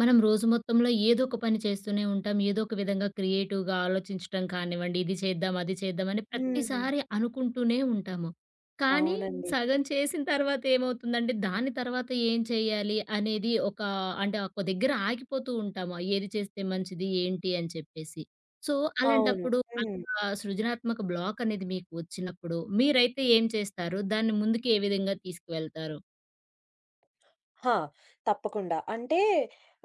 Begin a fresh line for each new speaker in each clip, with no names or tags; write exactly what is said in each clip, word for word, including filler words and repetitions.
మనం రోజు మొత్తంలో ఏదో ఒక పని చేస్తూనే ఉంటాం. ఏదో ఒక విధంగా క్రియేటివ్‌గా ఆలోచించటం కానివ్వండి, ఇది చేద్దాం, అది చేద్దాం అని
హ్మ్.
ప్రతిసారి అనుకుంటూనే ఉంటాము. కానీ
అవునండి.
సగం చేసిన తర్వాత ఏమవుతుందంటే, దాని తర్వాత ఏం చేయాలి అనేది ఒక అంటే ఒక దగ్గర ఆగిపోతూ ఉంటాము. ఏది చేస్తే మంచిది, ఏంటి అని చెప్పేసి. సో,
అవును.
అలాంటప్పుడు అలా
హ్మ్.
సృజనాత్మక బ్లాక్ అనేది మీకు వచ్చినప్పుడు మీరైతే ఏం చేస్తారు? దాన్ని ముందుకు ఏ విధంగా తీసుకువెళ్తారు?
ఆ! తప్పకుండా. అంటే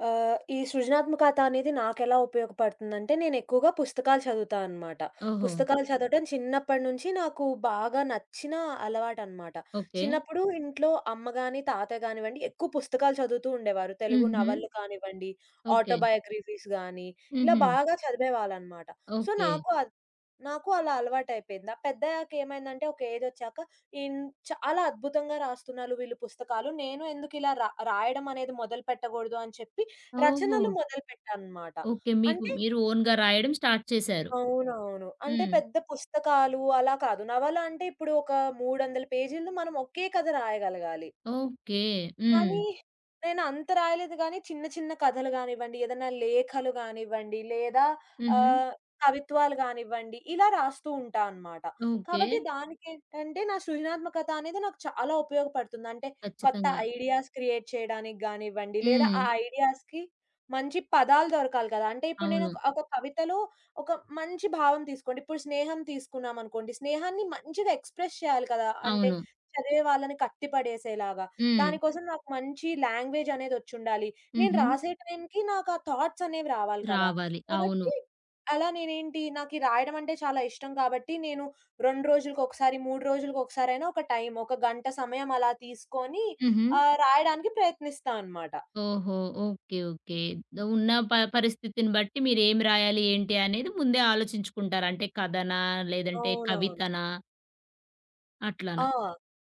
ఆహ్, ఈ సృజనాత్మకత అనేది నాకెలా ఉపయోగపడుతుందంటే, నేనెక్కువగా పుస్తకాలు చదువుతా అనమాట.
ఓహో!
పుస్తకాలు చదవటం చిన్నప్పటి నుంచి నాకు బాగా నచ్చిన అలవాటనమాట.
ఓకే.
చిన్నప్పుడు ఇంట్లో అమ్మ గాని, తాతయ్య గానివ్వండి, ఎక్కువ పుస్తకాలు చదువుతూ ఉండేవారు. తెలుగు
హుహు.
నవలలు కానివ్వండి,
ఓకే.
ఆటోబయోగ్రఫీస్ గాని, ఇలా
హుహు.
బాగా చదివేవాళ్ళనమాట. So,
okay.
నాకు అద్ నాకు అలా అలవాటయిపోయింది. ఆ పెద్దయ్యాకేమైందంటే, ఒక ఏజొచ్చాక ఇన్ అలా అద్భుతంగా రాస్తున్నారు వీళ్ళు పుస్తకాలు. నేను ఎందుకిలా రా రాయడం అనేది మొదలు పెట్టకూడదు అని చెప్పి
ఓహో!
రచనలు మొదలుపెట్టాననమాట.
ఓకే. మీకు
అంటే
మీరు ఓన్‌గా రాయడం స్టార్ట్ చేశారు.
అవునవును. అంటే
హ్మ్.
పెద్ద పుస్తకాలు అలా కాదు. నవల అంటే ఇప్పుడు ఒక మూడు వందల పేజీలు మనం ఒకే కథ రాయగలగాలి.
ఓకే. హ్మ్.
కానీ నేను అంత రాయలేదు గానీ, చిన్న చిన్న కథలు గానివ్వండి, ఏదైనా లేఖలు గానివ్వండి, లేదా
హుహు.
ఆహ్, కవిత్వాలు గానివ్వండి, ఇలా రాస్తూ ఉంటా అనమాట.
ఓకే.
కాబట్టి దానికేంటంటే, నా సృజనాత్మకత అనేది నాకు చాలా ఉపయోగపడుతుంది. అంటే, కొత్త
ఖచ్చితంగా.
ఐడియాస్ క్రియేట్ చేయడానికి గానివ్వండి, లేదా
హ్మ్.
ఆ ఐడియాస్‌కి మంచి పదాలు దొరకాలి కదా! అంటే ఇప్పుడు నేను
అవును.
ఒక ఒక కవితలో ఒక మంచి భావం తీసుకోండి, ఇప్పుడు స్నేహం తీసుకున్నామనుకోండి, స్నేహాన్ని మంచిగా ఎక్స్‌ప్రెస్ చేయాలి కదా! అంటే
అవును.
చదివే వాళ్ళని కట్టిపడేసేలాగా.
హ్మ్.
దానికోసం నాకు మంచి లాంగ్వేజ్ అనేదొచ్చుండాలి. నేను
హుహు.
రాసే టైంకి నాకు ఆ థాట్స్ అనేవి రావాలి కదా!
రావాలి. అవును.
కాబట్టి అలా నేనేంటి నాకీ రాయడం అంటే చాలా ఇష్టం కాబట్టి నేను రెండు రోజులకొకసారి, మూడు రోజులకొకసారైనా ఒక టైం ఒక గంట సమయం అలా తీసుకొని
హుహు.
ఆహ్, రాయడానికి ప్రయత్నిస్తా అనమాట.
ఓహో! ఓకే. ఓకే. ఉన్న ప పరిస్థితిని బట్టి మీరేమి రాయాలి, ఏంటి అనేది ముందే ఆలోచించుకుంటారు. అంటే కథనా? లేదంటే
అవునవును.
కవితనా?
ఆ!
అట్లనా?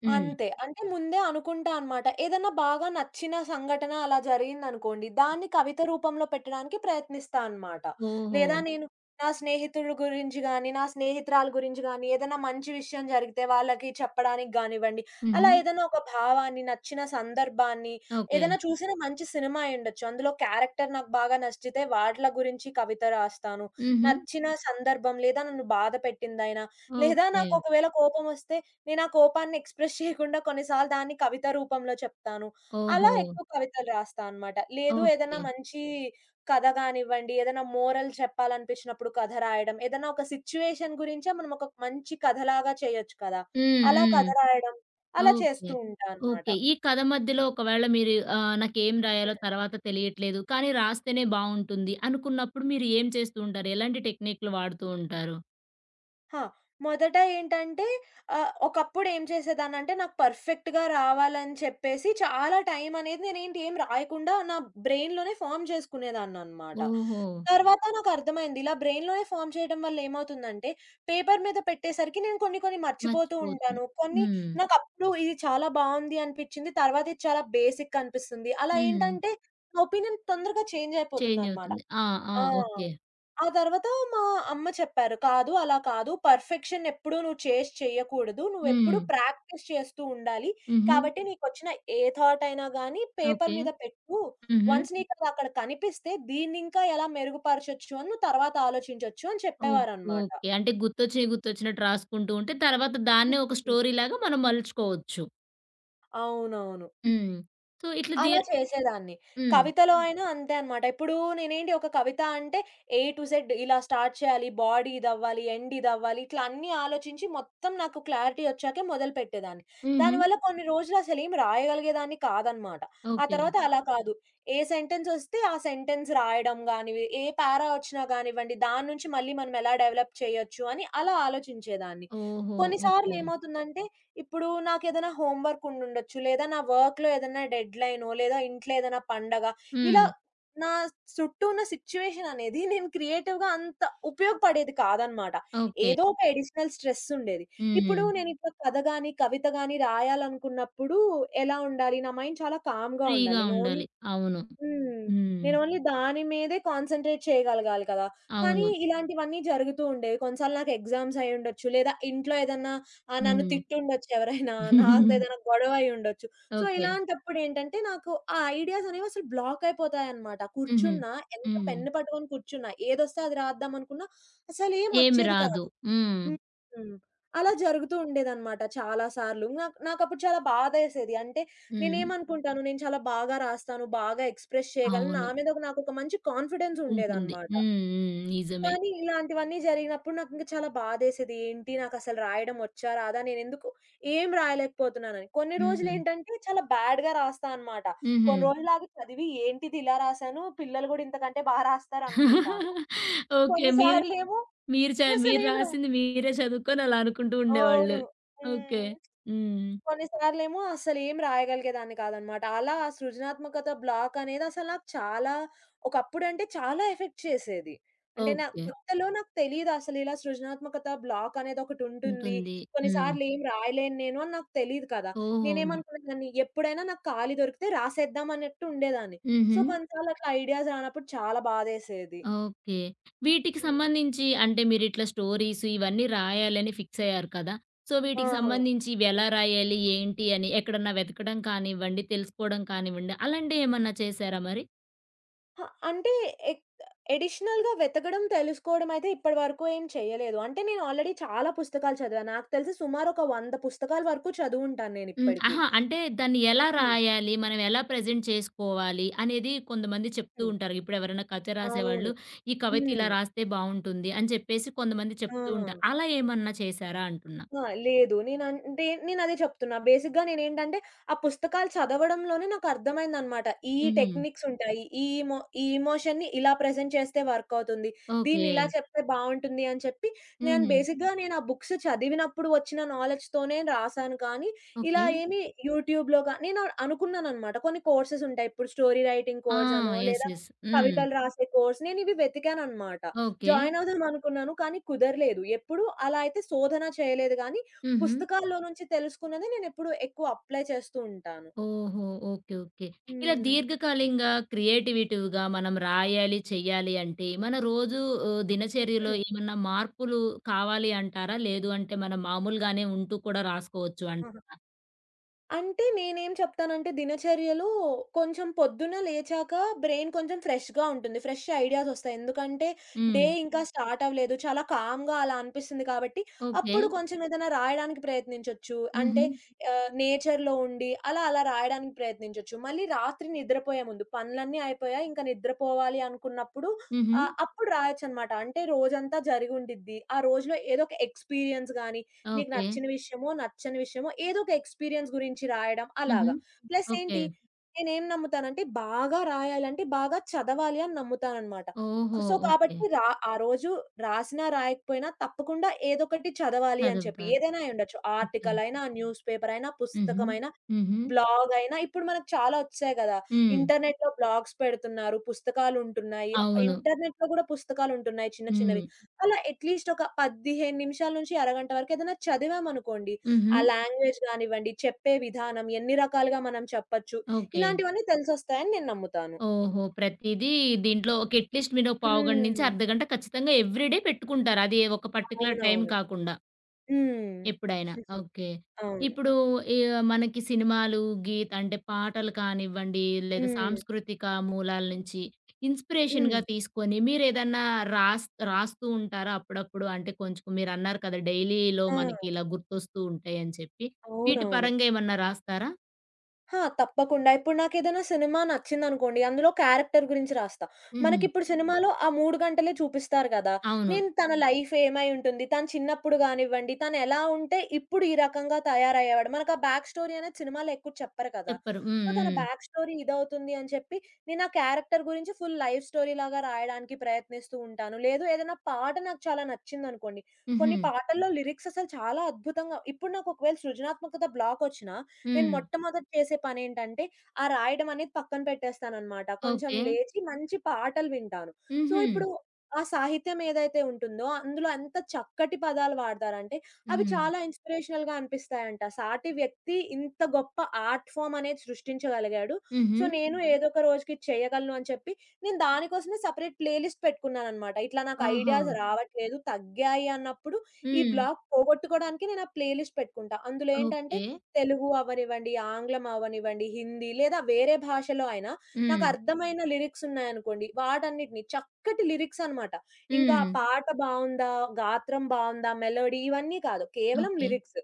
హ్మ్.
అంతే. అంటే ముందే అనుకుంటా అన్నమాట. ఏదన్నా బాగా నచ్చిన సంఘటన అలా జరిగిందనుకోండి, దాన్ని కవిత రూపంలో పెట్టడానికి ప్రయత్నిస్తా అన్నమాట.
ఓహో!
లేదా ఓహ్! నేను నా స్నేహితుల గురించి గాని, నా స్నేహితురాలు గురించి గాని, ఏదైనా మంచి విషయం జరిగితే వాళ్ళకి చెప్పడానికి గానివ్వండి, అలా
హుహు.
ఏదైనా ఒక భావాన్ని, నచ్చిన సందర్భాన్ని,
ఓకే.
ఏదైనా చూసిన మంచి సినిమా అయ్యుండొచ్చు. అందులో క్యారెక్టర్ నాకు బాగా నచ్చితే వాట్ల గురించి కవిత రాస్తాను.
హుహు.
నచ్చిన సందర్భం లేదా నన్ను బాధ పెట్టిందైనా, లేదా
ఓకే.
నాకు ఒకవేళ కోపమొస్తే నేనా కోపాన్ని ఎక్స్‌ప్రెస్ చేయకుండా కొన్ని సార్లు దాన్ని కవిత రూపంలో చెప్తాను. అలా
ఓహో!
ఎక్కువ కవితలు రాస్తా అనమాట. లేదు
ఓకే.
ఏదైనా మంచి కథ గానివ్వండి, ఏదైనా మోరల్ చెప్పాలనిపించినప్పుడు కథ రాయడం, ఏదైనా ఒక సిట్యుయేషన్ గురించే మనం ఒక మంచి కథలాగా చేయొచ్చు కదా!
హ్మ్.
అలా
హ్మ్.
కథ రాయడం, అలా
ఓకే.
చేస్తూ ఉంటా అనమాట.
ఓకే. ఈ కథ మధ్యలో ఒకవేళ మీరు ఆహ్, నాకేం రాయాలో
హ్మ్.
తర్వాత తెలియట్లేదు. కానీ రాస్తేనే బావుంటుంది అనుకున్నప్పుడు మీరు ఏం చేస్తూ ఉంటారు? ఎలాంటి టెక్నిక్‌లు వాడుతూ ఉంటారు?
ఆ! మొదట ఏంటంటే ఆహ్, ఒకప్పుడు ఏం చేసేదాన్నంటే నాకు పర్ఫెక్ట్‌గా రావాలని చెప్పేసి చాలా టైం అనేది నేనేంటి ఏం రాయకుండా నా బ్రెయిన్‌లోనే ఫార్మ్ చేసుకునేదాన్ననమాట.
ఓహో!
తర్వాత నాకర్థమైంది. ఇలా బ్రెయిన్‌లోనే ఫార్మ్ చేయడం వల్ల ఏమవుతుందంటే, పేపర్ మీద పెట్టేసరికి నేను కొన్ని కొన్ని మర్చిపోతూ
మర్చిపోతున్నా.
ఉంటాను. కొన్ని
హ్మ్.
నాకప్పుడు ఇది చాలా బావుంది అనిపిచ్చింది. తర్వాత ఇది చాలా బేసిక్ అనిపిస్తుంది. అలా
హ్మ్.
ఏంటంటే, నా ఒపీనియన్ తొందరగా చేంజ్
చేంజ్
అయిపోతుందనమాట.
అవుతుంది. ఆ! ఆ!
ఆ!
ఓకే.
ఆ తర్వాత మా అమ్మ చెప్పారు. "కాదు, అలా కాదు. పర్ఫెక్షన్ ఎప్పుడూ నువ్వు చేసి చెయ్యకూడదు. నువ్వెప్పుడూ
హ్మ్.
ప్రాక్టీస్ చేస్తూ ఉండాలి.
హుహు.
కాబట్టి నీకొచ్చిన ఏ థాట్ అయినా గానీ పేపర్
ఓకే.
మీద పెట్టు.
హుహు.
వన్స్ నీకది అక్కడ కనిపిస్తే దీన్నింకా ఎలా మెరుగుపరచొచ్చు అని నువ్వు తర్వాత ఆలోచించొచ్చు" అని
ఓహ్!
చెప్పేవారనమాట.
ఓకే. అంటే గుర్తొచ్చినయి గుర్తొచ్చినట్టు రాసుకుంటూ ఉంటే తర్వాత దాన్నే ఒక
ఓకే.
స్టోరీలాగా మనం మలుచుకోవచ్చు.
అవునవును.
హ్మ్. సో, ఇట్లా
అలా
దిర్
చేసేదాన్ని.
హ్మ్.
కవితలో హ్మ్. అయినా అంతే అనమాట. ఇప్పుడు నేనేంటి ఒక కవిత అంటే ఏ టు జెడ్ ఇలా స్టార్ట్ చేయాలి. బాడీ ఇదవ్వాలి, ఎండ్ ఇదవ్వాలి ఇట్లా అన్నీ ఆలోచించి మొత్తం నాకు క్లారిటీ వచ్చాకే మొదలుపెట్టేదాన్ని.
హుహు.
దానివల్ల కొన్ని రోజులు అసలేం రాయగలిగేదాన్ని కాదనమాట. ఆ
ఓకే.
తర్వాత అలా ఓకే. కాదు. ఏ సెంటెన్స్ వస్తే ఆ సెంటెన్స్ రాయడం గానివి, ఏ పారా వచ్చినా గానివ్వండి, దాని నుంచి మళ్ళీ మనం ఎలా డెవలప్ చేయొచ్చు అని అలా ఆలోచించేదాన్ని.
ఓహో!
కొన్నిసార్లు ఓకే.
ఓకే.
ఏమవుతుందంటే ఇప్పుడు నాకేదైనా హోమ్ వర్క్ ఉండుండొచ్చు. లేదా నా వర్క్‌లో ఏదైనా డెడ్‌లైనో, లేదా ఇంట్లో ఏదైనా పండగ ఇలా
హ్మ్.
నా చుట్టూ ఉన్న సిట్యుయేషన్ అనేది నేను క్రియేటివ్‌గా అంత ఉపయోగపడేది కాదనమాట.
ఓకే.
ఏదో ఒక అడిషనల్ స్ట్రెస్ ఉండేది. ఇప్పుడు
హ్మ్.
నేను హ్మ్. ఇట్లా కథ గాని, కవిత గాని రాయాలనుకున్నప్పుడు ఎలా ఉండాలి? నా మైండ్ చాలా కామ్‌గా ఉండాలి.
ఫ్రీగా
నేను ఓన్లీ
ఉండాలి. అవును.
హ్మ్.
హ్మ్.
నేను ఓన్లీ హ్మ్. దాని మీదే కాన్సంట్రేట్ చేయగలగాలి కదా! కానీ
అవును.
ఇలాంటివన్నీ జరుగుతూ ఉండేవి. కొన్నిసార్లు నాకు ఎగ్జామ్స్ అయ్యుండొచ్చు. లేదా ఇంట్లో ఏదన్నా ఆహ్, నన్ను
హ్మ్.
తిట్టుండొచ్చు ఎవరైనా. నాతో ఏదైనా గొడవ అయ్యుండొచ్చు. So,
okay.
ఇలాంటప్పుడేంటంటే నాకు ఆ ఐడియాస్ అనేవి అసలు బ్లాక్ అయిపోతాయన్నమాట.
హుహు.
కూర్చున్నా ఎంత
హ్మ్.
పెన్ను పట్టుకొని కూర్చున్నా, ఏదొస్తే అది రాద్దామనుకున్నా
ఏమి
అసలేమొచ్చేది
రాదు.
కాదు.
హ్మ్.
హ్మ్. అలా జరుగుతూ ఉండేదనమాట చాలా సార్లు. నాకు నాకప్పుడు చాలా బాధేసేది. అంటే
హ్మ్.
నేనేమనుకుంటాను, నేను చాలా బాగా రాస్తాను, బాగా ఎక్స్‌ప్రెస్ చేయగలను. నా
అవును.
మీద ఒక నాకొక మంచి కాన్ఫిడెన్స్
ఉంటుంది.
ఉండేదనమాట.
హ్మ్. హ్మ్. నిజమే.
కానీ ఇలాంటివన్నీ జరిగినప్పుడు నాకింక చాలా బాధేసేది. ఏంటి నాకసలు రాయడం వచ్చా? రాదా? నేనెందుకు ఏం రాయలేకపోతున్నానని. కొన్ని
హ్మ్.
రోజులేంటంటే చాలా బ్యాడ్‌గా రాస్తా అనమాట.
హుహు.
కొన్ని రోజులాగి చదివి ఏంటిది ఇలా రాసాను? పిల్లలు గూడా ఇంతకంటే బా రాస్తారనుకుంటాను.
ఓకే.
కొన్ని
మీరు
సార్లేమో
మీరు చ మీరు
అసలేం రా
రాసింది మీరే చదువుకొని అలా అనుకుంటూ ఉండేవాళ్ళు.
అవును.
ఓకే.
హ్మ్.
హ్మ్.
కొన్ని సార్లేమో అస్సలేం రాయగలిగేదాన్ని కాదనమాట. అలా ఆ సృజనాత్మకత బ్లాక్ అనేది అసలు నాకు చాలా ఒకప్పుడంటే చాలా ఎఫెక్ట్ చేసేది. అంటే నా
ఓకే.
కొత్తలో నాకు తెలీదు అసలు ఇలా సృజనాత్మకత బ్లాక్ అనేది ఒకటుంటుంది.
ఉంటుంది.
కొన్ని
హ్మ్.
సార్లు ఏం రాయలేను నేను అని నాకు తెలీదు కదా!
ఓహో!
నేనేమనుకునేదాన్ని ఎప్పుడైనా నాకు ఖాళీ దొరికితే రాసేద్దాం అన్నట్టు ఉండేదాన్ని. సో,
హుహు.
కొన్నిసార్లు అట్లా ఐడియాస్ రానప్పుడు చాలా బాధేసేది.
ఓకే. వీటికి
హ్మ్.
సంబంధించి అంటే మీరిట్లా స్టోరీస్ ఇవన్నీ రాయాలని ఫిక్స్ అయ్యారు కదా! సో, వీటికి
ఆహా!
సంబంధించి ఇవి ఎలా రాయాలి? ఏంటి? అని ఎక్కడన్నా వెతకడం కానివ్వండి, తెలుసుకోవడం కానివ్వండి, అలాంటియేమన్నా చేశారా మరి?
అహ! అంటే ఎక్ ఎడిషనల్‌గా వెతకడం, తెలుసుకోవడం అయితే ఇప్పటి వరకు ఏం చేయలేదు. అంటే నేను ఆల్రెడీ చాలా పుస్తకాలు చదివాను. నాకు తెలిసి సుమారు ఒక వంద పుస్తకాల వరకు చదువుంటాను
హ్మ్.
నేనిప్పటికి.
అహా! అంటే దాన్ని ఎలా
హ్మ్.
రాయాలి? మనం ఎలా ప్రెజెంట్ చేసుకోవాలి? అనేది కొంతమంది చెప్తూ
హ్మ్.
ఉంటారు. ఇప్పుడెవరైనా కథ
అవును.
రాసేవాళ్ళు, ఈ కవిత ఇలా
హ్మ్.
రాస్తే బావుంటుంది అని చెప్పేసి కొంతమంది
ఆ!
చెప్తూ ఉంటారు. అలా ఏమన్నా చేశారా అంటున్నా?
ఆ! లేదు. నేనంటే నేనదే చెప్తున్నా. బేసిక్‌గా నేనేంటంటే, ఆ పుస్తకాలు చదవడంలోనే నాకర్థమైందనమాట. ఈ
హుహు.
టెక్నిక్స్ ఉంటాయి. ఈ ఇమో ఈ ఎమోషన్‌ని ఇలా ప్రెజెంట్ చేస్తే వర్క్ అవుతుంది. దీన్ని
ఓకే.
ఇలా చెప్తే బావుంటుంది అని చెప్పి, నేను
హుహు.
బేసిక్‌గా నేను ఆ బుక్స్ చదివినప్పుడు వచ్చిన నాలెడ్జ్‌తోనే రాసాను కానీ, ఇలా
ఓకే.
ఏమి యూట్యూబ్‌లో గా నేను అనుకున్నాననమాట. కొన్ని కోర్సెస్ ఉంటాయి. ఇప్పుడు స్టోరీ రైటింగ్
ఆ!
కోర్స్ అనో,
యెస్.
లేదా
యెస్. హ్మ్.
కవితలు రాసే కోర్స్. నేనివి వెతికాననమాట.
ఓకే.
జాయిన్ అవుదాం అనుకున్నాను. కానీ కుదరలేదు. ఎప్పుడు అలా అయితే శోధన చేయలేదు గానీ,
హుహు.
పుస్తకాల్లో నుంచి తెలుసుకున్నది నేనెప్పుడు ఎక్కువ అప్లై చేస్తూ ఉంటాను.
ఓహో! ఓకే. ఓకే. ఇలా
హ్మ్.
దీర్ఘకాలికంగా క్రియేటివిటీవ్‌గా మనం రాయాలి, చెయ్యాలి అంటే మన రోజు ఆహ్, దినచర్యలో
హ్మ్.
ఏమన్నా మార్పులు కావాలి అంటారా? లేదు అంటే మనం మామూలుగానే ఉంటూ కూడా రాసుకోవచ్చు అన్
ఆహా! అంటే నేనేం చెప్తానంటే దినచర్యలో కొంచెం పొద్దున్న లేచాక బ్రెయిన్ కొంచెం ఫ్రెష్‌గా ఉంటుంది. ఫ్రెష్ ఐడియాస్ ఒస్తాయి. ఎందుకంటే డే
హ్మ్.
ఇంకా హ్మ్. స్టార్ట్ అవ్వలేదు. చాలా కామ్‌గా అలా అనిపిస్తుంది కాబట్టి
ఓకే.
అప్పుడు కొంచెం ఏదైనా రాయడానికి ప్రయత్నించొచ్చు.
హుహు.
అంటే ఆహ్, నేచర్‌లో ఉండి అలా అలా రాయడానికి ప్రయత్నించొచ్చు. మళ్ళీ రాత్రి నిద్రపోయే ముందు పనులన్నీ అయిపోయాయి. ఇంకా నిద్రపోవాలి అనుకున్నప్పుడు
హుహు.
ఆహ్, అప్పుడు రాయొచ్చనమాట. అంటే రోజంతా జరిగుండిద్ది. ఆ రోజులో ఏదో ఒక ఎక్స్‌పీరియన్స్ గాని నీకు
ఓకే.
నచ్చిన విషయమో, నచ్చని విషయమో ఏదో ఒక ఎక్స్‌పీరియన్స్ గురించి రాయడం
హుహు.
అలాగా. Plus
okay.
ఏంటి నేనేం నమ్ముతానంటే బాగా రాయాలంటే బాగా చదవాలి అని నమ్ముతాననమాట.
ఓహో!
So,
okay.
కాబట్టి రా ఆ రోజు రాసినా, రాయకపోయినా తప్పకుండా ఏదోకటి చదవాలి అని చెప్పి.
చదువుతారు.
ఏదైనా అయ్యుండొచ్చు.
ఓకే.
ఆర్టికల్ అయినా, న్యూస్ పేపర్ అయినా,
హుహు.
పుస్తకమైనా,
హుహు.
బ్లాగ్ అయినా ఇప్పుడు మనకు చాలా వచ్చాయి గదా!
హ్మ్.
ఇంటర్నెట్‌లో బ్లాగ్స్ పెడుతున్నారు, పుస్తకాలుంటున్నాయి.
అవును.
ఇంటర్నెట్‌లో గూడా పుస్తకాలుంటున్నాయి చిన్న చిన్నవి.
హ్మ్.
అలా అట్‌లీస్ట్ ఒక పదిహేను నిమిషాల నుంచి అరగంట వరకు ఏదైనా చదివామనుకోండి,
హుహు.
ఆ లాంగ్వేజ్ గానివ్వండి, చెప్పే విధానం, ఎన్ని రకాలుగా మనం చెప్పచ్చు,
ఓకే.
ఇలాంటివన్నీ తెలిసొస్తాయని నేను నమ్ముతాను.
ఓహో! ప్రతీదీ దీంట్లో ఒక అట్‌లీస్ట్ మీరు పావుగంట నుంచి
హ్మ్.
అర్ధగంట ఖచ్చితంగా ఎవ్రీడే పెట్టుకుంటారు. అది ఒక పర్టిక్యులర్ టైం
అవునవును.
కాకుండా
హ్మ్.
ఎప్పుడైనా. ఓకే.
అవును.
ఇప్పుడు ఈ మనకి సినిమాలు, గీత్ అంటే పాటలు కానివ్వండి, లేదా
హ్మ్.
సాంస్కృతిక మూలాల నుంచి
హ్మ్.
ఇన్‌స్పిరేషన్‌గా తీసుకొని మీరేదన్నా రాస్ రాస్తూ ఉంటారా అప్పుడప్పుడు? అంటే కొంచెం మీరన్నారు కదా! డైలీలో
ఆ!
మనకి ఇలా గుర్తొస్తూ ఉంటాయని చెప్పి. వీటి
అవునవును.
పరంగా ఏమన్నా రాస్తారా?
ఆ! తప్పకుండా. ఇప్పుడు నాకేదైనా సినిమా నచ్చిందనుకోండి, అందులో క్యారెక్టర్ గురించి రాస్తా.
హుహు.
మనకిప్పుడు హ్మ్. సినిమాలో ఆ మూడు గంటలే చూపిస్తారు గదా!
అవును.
నేను తన హ్మ్. లైఫ్ ఏమై ఉంటుంది, తను చిన్నప్పుడు గానివ్వండి, తను ఎలా ఉంటే ఇప్పుడు ఈ రకంగా తయారయ్యేవాడు. మనకు ఆ బ్యాక్ స్టోరీ అనేది సినిమాలో ఎక్కువ చెప్పరు కదా!
చెప్పరు. హ్మ్.
సో, తన
హ్మ్.
బ్యాక్ స్టోరీ ఇదవుతుంది అని చెప్పి, నేను ఆ క్యారెక్టర్ గురించి ఫుల్ లైఫ్ స్టోరీ లాగా రాయడానికి ప్రయత్నిస్తూ ఉంటాను. లేదు ఏదైనా పాట నాకు చాలా నచ్చిందనుకోండి,
హుహు.
కొన్ని పాటల్లో హ్మ్. లిరిక్స్ అసలు చాలా అద్భుతంగా ఇప్పుడు నాకు ఒకవేళ సృజనాత్మకత బ్లాకొచ్చినా నేను
హ్మ్.
మొట్టమొదట చేసే పనేంటంటే, ఆ రాయడం అనేది పక్కన పెట్టేస్తాననమాట. కొంచెం
ఓకే.
లేచి మంచి పాటలు వింటాను. సో,
హుహు.
ఇప్పుడు ఆ సాహిత్యం ఏదైతే ఉంటుందో, అందులో ఎంత చక్కటి పదాలు వాడతారంటే, అవి
హ్మ్.
చాలా ఇన్‌స్పిరేషనల్‌గా అనిపిస్తాయంట. సాటి వ్యక్తి ఇంత గొప్ప ఆర్ట్ ఫార్మ్ అనేది సృష్టించగలిగాడు.
హుహు.
సో, నేను హుహు. ఏదో ఒక రోజుకి ఇది చేయగలను అని చెప్పి, నేను దానికోసమే సెపరేట్ ప్లేలిస్ట్ పెట్టుకున్నాననమాట. ఇట్లా నాకు
ఓహో!
ఐడియాస్ హ్మ్. రావట్లేదు, తగ్గాయి అన్నప్పుడు, ఈ
హ్మ్.
బ్లాక్ పోగొట్టుకోవడానికి నేను ఆ ప్లేలిస్ట్ పెట్టుకుంటా. అందులో ఏంటంటే,
ఓకే.
తెలుగు అవ్వనివ్వండి, ఆంగ్లం అవ్వనివ్వండి, హిందీ లేదా వేరే భాషలో అయినా
హ్మ్.
నాకర్థమైన లిరిక్స్ ఉన్నాయనుకోండి, వాటన్నిటిని చక్కటి లిరిక్స్ అనమాట. ఇంకా
హ్మ్.
పాట బావుందా? గాత్రం బావుందా? మెలోడీ ఇవన్నీ కాదు. కేవలం
ఓకే.
లిరిక్స్.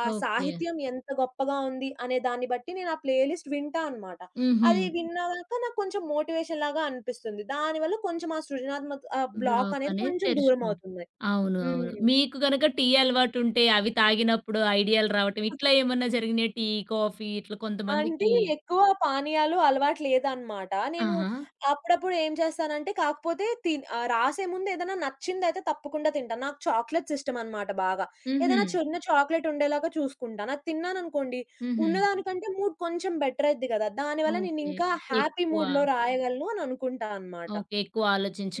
ఆ
ఓకే.
సాహిత్యం ఎంత గొప్పగా ఉంది అనే దాన్ని బట్టి నేను ఆ ప్లే లిస్ట్ వింటా అనమాట.
హుహు.
అది విన్నాక నాకు కొంచెం మోటివేషన్ లాగా అనిపిస్తుంది. దానివల్ల కొంచెం ఆ సృజనాత్మక ఆహ్, బ్లాక్
బ్లాక్
అనేది
అనేది
కొంచెం
తెరుచుకుంటాం.
దూరమవుతుంది.
అవును. అవును.
హ్మ్.
మీకు గనక టీ అలవాటుంటే అవి తాగినప్పుడు ఐడియాలు రావటం ఇట్లా ఏమన్నా జరిగినాయా? టీ, కాఫీ ఇట్లా
అంటే
కొంతమందికి
ఎక్కువ పానీయాలు అలవాటు లేదనమాట. నేను
ఆహా!
అప్పుడప్పుడు ఏం చేస్తానంటే కాకపోతే తిన్ ఆహ్, రాసే ముందు ఏదైనా నచ్చిందయితే తప్పకుండా తింటాను. నాకు చాక్లెట్స్ ఇష్టమనమాట బాగా.
హుహు.
ఏదైనా చిన్న చాక్లెట్ ఉండేలాగా చూసుకుంటాను. అది తిన్నాననుకోండి,
హుహు.
ఉన్నదానికంటే మూడ్ కొంచెం బెటరయిద్ది గదా! దానివల్ల
ఓకే.
నేనింకా హ్యాపీ
ఎక్కువ.
మూడ్‌లో రాయగలను అని అనుకుంటా అనమాట.
ఓకే. ఎక్కువ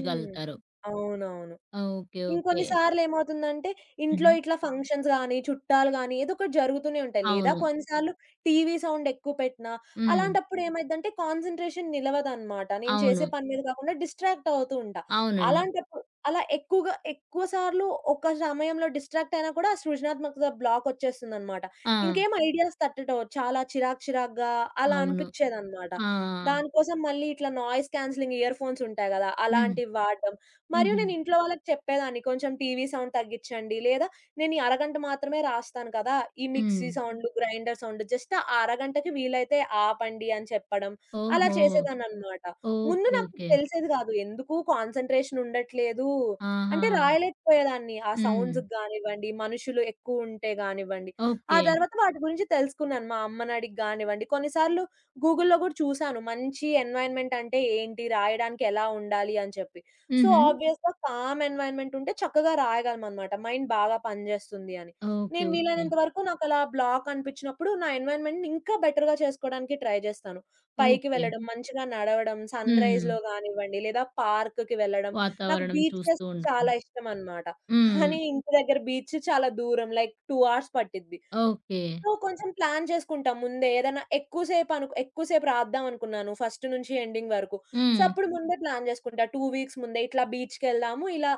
హ్మ్. అవునవును.
ఓకే. ఓకే.
ఇంకొన్ని సార్లేమవుతుందంటే, ఇంట్లో
హుహు.
ఇట్లా ఆ! ఫంక్షన్స్ గానీ, చుట్టాలు గానీ, ఏదో ఒకటి జరుగుతూనే ఉంటాయి. లేదా
అవును.
కొన్నిసార్లు టీవీ సౌండ్ ఎక్కువ పెట్టినా,
హ్మ్.
అలాంటప్పుడు ఏమైద్దంటే కాన్సంట్రేషన్ నిలవదనమాట. నేను చేసే
అవును.
పని మీద కాకుండా డిస్ట్రాక్ట్ అవుతూ ఉంటా.
అవునండి.
అలాంటప్పుడు అలా ఎక్కువగా ఎక్కువ సార్లు ఒక సమయంలో డిస్ట్రాక్ట్ అయినా కూడా ఆ సృజనాత్మకత బ్లాక్ వచ్చేస్తుందనమాట.
ఆ!
ఇంకేం ఐడియాస్ తట్టటం. చాలా చిరాకు చిరాకుగా అలా
అవును.
అనిపిచ్చేదనమాట.
ఆ!
దానికోసం మళ్ళీ ఇట్లా నాయిస్ క్యాన్సెలింగ్ ఇయర్ ఫోన్స్ ఉంటాయి గదా!
హ్మ్.
అలాంటివి వాడడం. మరియు
హుహు.
నేను ఇంట్లో వాళ్ళకి చెప్పేదాన్ని, కొంచెం టీవీ సౌండ్ తగ్గిచ్చండి. లేదా నేను ఈ అరగంట మాత్రమే రాస్తాను కదా! ఈ
హ్మ్.
Mixie sound, grinder sound just ఆ అరగంటకి వీలైతే ఆపండి అని చెప్పడం. అలా
ఓహో!
చేసేదాన్ననమాట. ముందు
ఓకే.
నాకు
ఓకే.
తెలిసేది గాదు. ఎందుకు కాన్సంట్రేషన్ ఉండట్లేదు.
ఆహా!
అంటే రాయలేకపోయేదాన్ని. ఆ
హ్మ్.
సౌండ్స్‌కి గానివ్వండి, మనుషులు ఎక్కువుంటే గానివ్వండి. ఆ
ఓకే.
తర్వాత వాటి గురించి తెలుసుకున్నాను. మా అమ్మనడిగి గానివ్వండి, కొన్నిసార్లు గూగుల్‌లో గూడా చూసాను. మంచి ఎన్‌వైర్న్‌మెంట్ అంటే ఏంటి? రాయడానికి ఎలా ఉండాలి? అని చెప్పి. సో,
హుహు.
ఆబ్వియస్‌గా కామ్ ఎన్వైర్న్‌మెంట్ ఉంటే చక్కగా రాయగలమనమాట. మైండ్ బాగా పనిజేస్తుంది అని.
ఓకే.
నేను హ్మ్.
ఓకే.
వీలైనంత వరకు నాకలా బ్లాక్ అనిపిచ్చినప్పుడు నా ఎన్వైర్న్‌మెంట్‌ని ఇంకా బెటర్‌గా చేసుకోడానికి ట్రై జేస్తాను. పైకి
ఓకే.
వెళ్ళడం, మంచిగా నడవడం,
హ్మ్.
సన్‌రైజ్‌లో గానివ్వండి, లేదా పార్క్‌కి వెళ్ళడం. నాకు
వాతావరణం
బీచెస్
చూస్తూ ఉండటం.
చాలా ఇష్టమనమాట.
హ్మ్.
కానీ ఇంటి దగ్గర బీచ్ చాలా దూరం. లైక్ రెండు అవర్స్ పట్టిద్ది.
ఓకే.
సో, కొంచెం ప్లాన్ చేసుకుంటాం ముందే. ఏదైనా ఎక్కువ సేపు అనుకు ఎక్కువ సేపు రాద్దాం అనుకున్నాను ఫస్ట్ నుంచి ఎండింగ్ వరకు. సో,
హ్మ్.
అప్పుడు ముందే ప్లాన్ చేసుకుంటా. రెండు వీక్స్ ముందే ఇట్లా బీచ్‌కెళ్దాము. ఇలా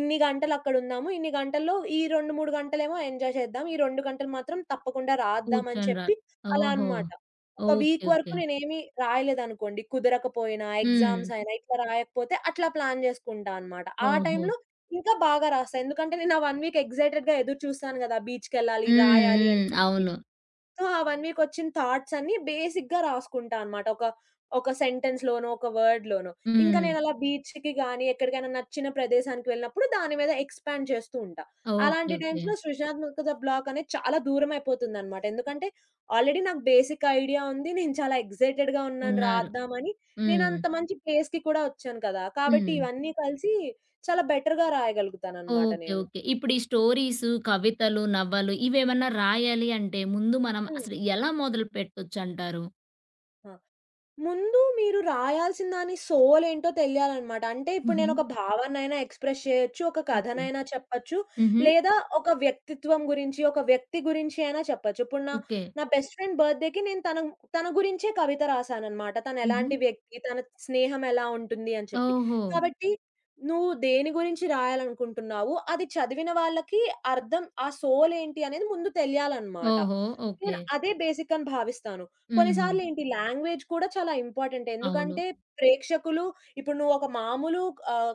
ఇన్ని గంటలు అక్కడుందాము. ఇన్ని గంటల్లో ఈ రెండు, మూడు గంటలేమో ఎంజాయ్ చేద్దాం. ఈ రెండు గంటలు మాత్రం తప్పకుండా రాద్దాం అని
కూర్చొని రా
చెప్పి అలా
ఓహో!
అన్నమాట. ఒక
ఓకే.
వీక్ వరకు
ఓకే.
నేనేమి రాయలేదనుకోండి. కుదరకపోయినా,
హ్మ్.
ఎగ్జామ్స్ అయినా ఇట్లా రాయకపోతే అట్లా ప్లాన్ చేసుకుంటా అన్నమాట. ఆ
ఓహో!
టైంలో ఇంకా బాగా రాస్తా. ఎందుకంటే నేను ఆ ఒక వీక్ ఎక్సైటెడ్‌గా ఎదురు చూస్తాను గదా! బీచ్‌కెళ్ళాలి,
హ్మ్.
రాయాలి అని
హ్మ్.
చెప్పి.
అవును.
సో, ఆ ఒక వీకొచ్చిన థాట్స్ అన్నీ బేసిక్‌గా రాసుకుంటా అనమాట. ఒక, ఒక సెంటెన్స్‌లోనో, ఒక వర్డ్‌లోనో. ఇంకా
హ్మ్.
నేనలా బీచ్‌కి గానీ, ఎక్కడికైనా నచ్చిన ప్రదేశానికి వెళ్ళినప్పుడు దాని మీద ఎక్స్‌పాండ్ చేస్తూ ఉంటా.
ఓకే.
అలాంటి
ఓకే.
టైమ్స్‌లో సృజనాత్మకత బ్లాక్ అనేది చాలా దూరం అయిపోతుందనమాట. ఎందుకంటే, ఆల్రెడీ నాకు బేసిక్ ఐడియా ఉంది. నేను చాలా ఎక్సైటెడ్‌గా ఉన్నాను
ఉన్నారు.
రాద్దామని.
హ్మ్.
నేనంత మంచి ప్లేస్‌కి కూడా వచ్చాను కదా! కాబట్టి
హ్మ్.
ఇవన్నీ కలిసి చాలా బెటర్‌గా రాయగలుగుతాననమాట
ఓకే.
నేను.
ఓకే. ఇప్పుడు ఈ స్టోరీసు, కవితలు, నవలు ఇవేమన్నా రాయాలి అంటే ముందు మనం
హ్మ్.
అసలు ఎలా మొదలు పెట్టొచ్చంటారు?
ఆ! ముందు మీరు రాయాల్సిన దాని సోలేంటో తెలియాలనమాట. అంటే ఇప్పుడు
హుహు.
నేనొక భావనైనా ఎక్స్‌ప్రెస్ చేయొచ్చు. ఒక
ఓకే.
కథనైనా చెప్పచ్చు.
హుహు.
లేదా ఒక వ్యక్తిత్వం గురించి, ఒక వ్యక్తి గురించి అయినా చెప్పచ్చు. ఇప్పుడు నా,
ఓకే.
నా బెస్ట్ ఫ్రెండ్ బర్త్‌డేకి నేను తన, తన గురించే కవిత రాసాననమాట.
హుహు.
తనెలాంటి వ్యక్తి, తన స్నేహం ఎలా ఉంటుంది అని చెప్పి.
ఓహో!
కాబట్టి నువ్వు దేని గురించి రాయాలనుకుంటున్నావు, అది చదివిన వాళ్ళకి అర్థం ఆ సోలేంటి అనేది ముందు తెలియాలనమాట.
ఓహో!
నేను
ఓకే.
అదే బేసిక్ అని భావిస్తాను.
హుహు.
కొన్నిసార్లు ఏంటి లాంగ్వేజ్ కూడా చాలా ఇంపార్టెంట్.
అవును.
ఎందుకంటే ప్రేక్షకులు ఇప్పుడు నువ్వు ఒక మామూలు ఆహ్,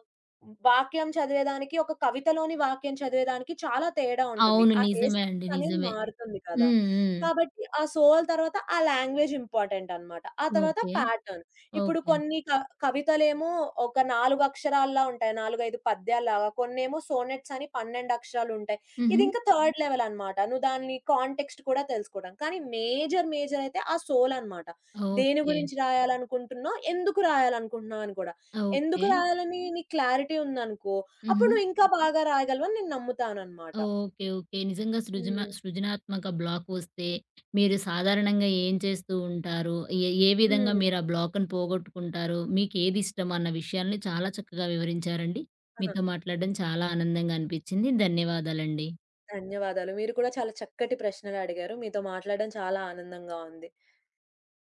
వాక్యం చదివేదానికి, ఒక కవితలోని వాక్యం చదివేదానికి చాలా తేడా ఉంటుంది.
అవును.
ఆ
నిజమే అండి.
ఎస్థెటిక్ అనేది
నిజమే.
మారుతుంది కదా!
హ్మ్. హ్మ్.
కాబట్టి ఆ సోల్ తర్వాత ఆ లాంగ్వేజ్ ఇంపార్టెంట్ అనమాట. ఆ తర్వాత
ఓకే.
ప్యాటర్న్. ఇప్పుడు
ఓకే.
కొన్ని క కవితలేమో ఒక నాలుగు అక్షరాల్లా ఉంటాయి. నాలుగు, ఐదు పద్యాల్లాగా. కొన్నేమో సోనెట్స్ అని పన్నెండు అక్షరాలుంటాయి. ఇది
హుహు.
ఇంకా థర్డ్ లెవెల్ అన్నమాట. నువ్వు దాని కాంటెక్స్ట్ కూడా తెలుసుకోవడం. కానీ మేజర్, మేజర్ అయితే ఆ సోల్ అన్నమాట. దేని
ఓకే.
గురించి రాయాలనుకుంటున్నావు? ఎందుకు రాయాలనుకుంటున్నావు? అని కూడా. ఎందుకు
ఓకే.
రాయాలని నీకు క్లారిటీ ఉందనుకో, అప్పుడు
హుహు.
నువ్వు ఇంకా బాగా రాయగలవని నేను నమ్ముతానన్నమాట.
ఓకే. ఓకే. నిజంగా సృజమ
హ్మ్.
సృజనాత్మక బ్లాక్ వస్తే, మీరు సాధారణంగా ఏం చేస్తూ ఉంటారు? ఏ ఏ విధంగా
హ్మ్.
మీరు ఆ బ్లాక్‌ని పోగొట్టుకుంటారు? మీకేది ఇష్టం అన్న విషయాల్ని చాలా చక్కగా వివరించారండి.
ఆహా!
మీతో మాట్లాడడం చాలా ఆనందంగా అనిపిచ్చింది. ధన్యవాదాలండి.
ధన్యవాదాలు. మీరు కూడా చాలా చక్కటి ప్రశ్నలు అడిగారు. మీతో మాట్లాడడం చాలా ఆనందంగా ఉంది.